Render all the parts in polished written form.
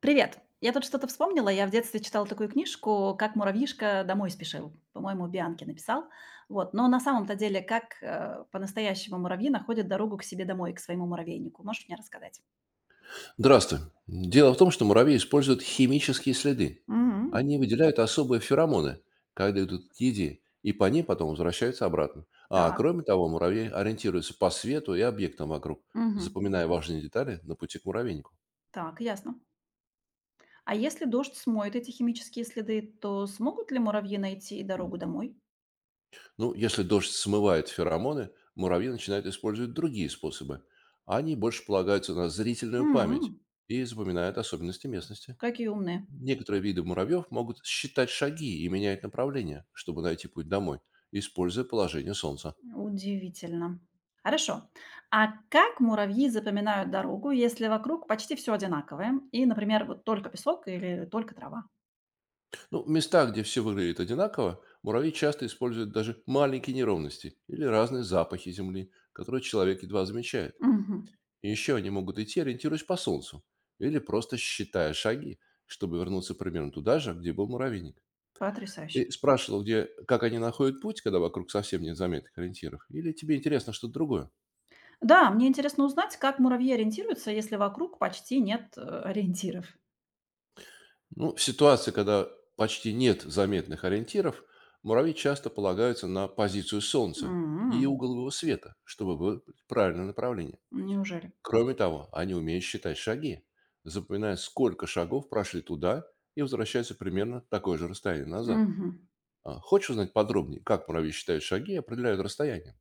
Привет! Я тут что-то вспомнила. Я в детстве читала такую книжку "Как муравьишка домой спешил". По-моему, Бианки написал. Вот. Но на самом-то деле, как, по-настоящему муравьи находят дорогу к себе домой, к своему муравейнику? Можешь мне рассказать? Здравствуй. Дело в том, что муравьи используют химические следы. Мгм. Они выделяют особые феромоны, когда идут к еде, и по ним потом возвращаются обратно. А Так. кроме того, муравьи ориентируются по свету и объектам вокруг, Мгм. запоминая важные детали на пути к муравейнику. Так, ясно. А если дождь смоет эти химические следы, то смогут ли муравьи найти дорогу домой? Ну, если дождь смывает феромоны, муравьи начинают использовать другие способы. Они больше полагаются на зрительную память М, и запоминают особенности местности. какие умные. Некоторые виды муравьев могут считать шаги и менять направление, чтобы найти путь домой, используя положение солнца. Удивительно. Хорошо. А как муравьи запоминают дорогу, если вокруг почти все одинаковое? И, например, вот только песок или только трава? Ну, в местах, где все выглядит одинаково, муравьи часто используют даже маленькие неровности или разные запахи земли, которые человек едва замечает. Мгм. И еще они могут идти, ориентируясь по солнцу, или просто считая шаги, чтобы вернуться примерно туда же, где был муравейник. Потрясающе. Ты спрашивал, где, как они находят путь, когда вокруг совсем нет заметных ориентиров? Или тебе интересно что-то другое? Да, мне интересно узнать, как муравьи ориентируются, если вокруг почти нет ориентиров. Ну, в ситуации, когда почти нет заметных ориентиров, муравьи часто полагаются на позицию Солнца и М, угол его света, чтобы выбрать правильное направление. неужели? Кроме того, они умеют считать шаги, запоминая, сколько шагов прошли туда и возвращаются примерно такое же расстояние назад. Мгм. А, хочешь узнать подробнее, как муравьи считают шаги и определяют расстояние?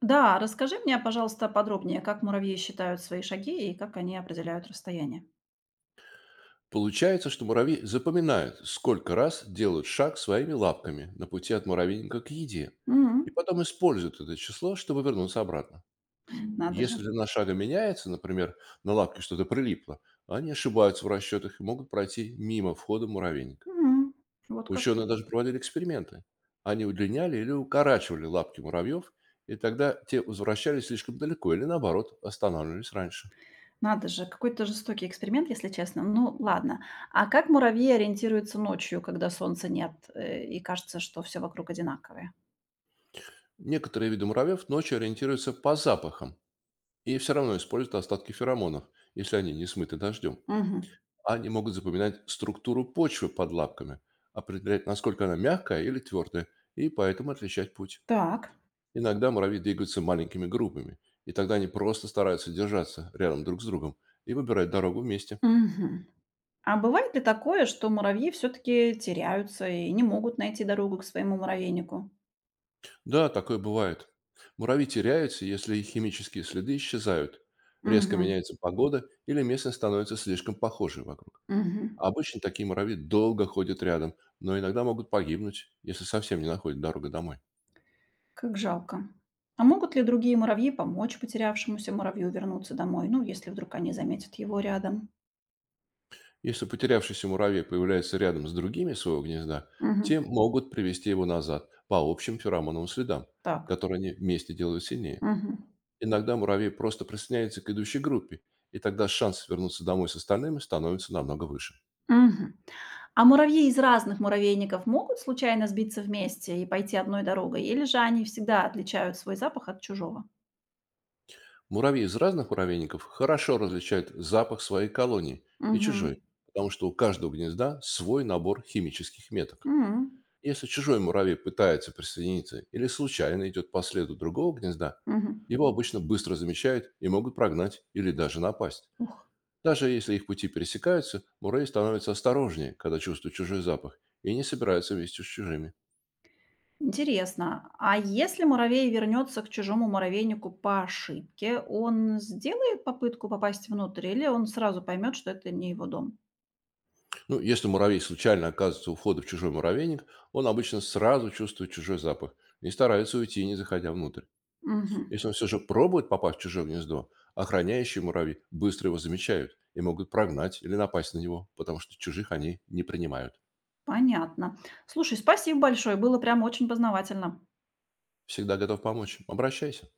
Да, расскажи мне, пожалуйста, подробнее, как муравьи считают свои шаги и как они определяют расстояние. Получается, что муравьи запоминают, сколько раз делают шаг своими лапками на пути от муравейника к еде, и М, потом используют это число, чтобы вернуться обратно. надо же. Если длина шага меняется, например, на лапке что-то прилипло, они ошибаются в расчетах и могут пройти мимо входа муравейника. М, вот как. Ученые даже проводили эксперименты. Они удлиняли или укорачивали лапки муравьев, и тогда те возвращались слишком далеко или, наоборот, останавливались раньше. Надо же, какой-то жестокий эксперимент, если честно. Ну, ладно. А как муравьи ориентируются ночью, когда солнца нет, и кажется, что все вокруг одинаковое? Некоторые виды муравьев ночью ориентируются по запахам и все равно используют остатки феромонов, если они не смыты дождем. Мгм. Они могут запоминать структуру почвы под лапками, определять, насколько она мягкая или твердая, и поэтому отличать путь. Так. Иногда муравьи двигаются маленькими группами, и тогда они просто стараются держаться рядом друг с другом и выбирать дорогу вместе. Мгм. А бывает ли такое, что муравьи все-таки теряются и не могут найти дорогу к своему муравейнику? Да, такое бывает. Муравьи теряются, если их химические следы исчезают, резко Мгм. меняется погода или местность становится слишком похожей вокруг. Мгм. Обычно такие муравьи долго ходят рядом, но иногда могут погибнуть, если совсем не находят дорогу домой. Как жалко. А могут ли другие муравьи помочь потерявшемуся муравью вернуться домой? Ну, если вдруг они заметят его рядом. Если потерявшийся муравей появляется рядом с другими своего гнезда, Мгм. те могут привести его назад по общим феромоновым следам, Так. которые они вместе делают сильнее. Мгм. Иногда муравей просто присоединяется к идущей группе, и тогда шанс вернуться домой с остальными становится намного выше. Мгм. А муравьи из разных муравейников могут случайно сбиться вместе и пойти одной дорогой, или же они всегда отличают свой запах от чужого? Муравьи из разных муравейников хорошо различают запах своей колонии и Угу. чужой, потому что у каждого гнезда свой набор химических меток. М, Если чужой муравей пытается присоединиться или случайно идет по следу другого гнезда, мгм. его обычно быстро замечают и могут прогнать или даже напасть. Ух, Даже если их пути пересекаются, муравей становится осторожнее, когда чувствует чужой запах, и не собирается вместе с чужими. интересно. А если муравей вернется к чужому муравейнику по ошибке, он сделает попытку попасть внутрь, или он сразу поймет, что это не его дом? Ну, если муравей случайно оказывается у входа в чужой муравейник, он обычно сразу чувствует чужой запах и старается уйти, не заходя внутрь. Мгм. Если он все же пробует попасть в чужое гнездо, охраняющие муравьи быстро его замечают и могут прогнать или напасть на него, потому что чужих они не принимают. Понятно. Слушай, спасибо большое, было прям очень познавательно. Всегда готов помочь. Обращайся.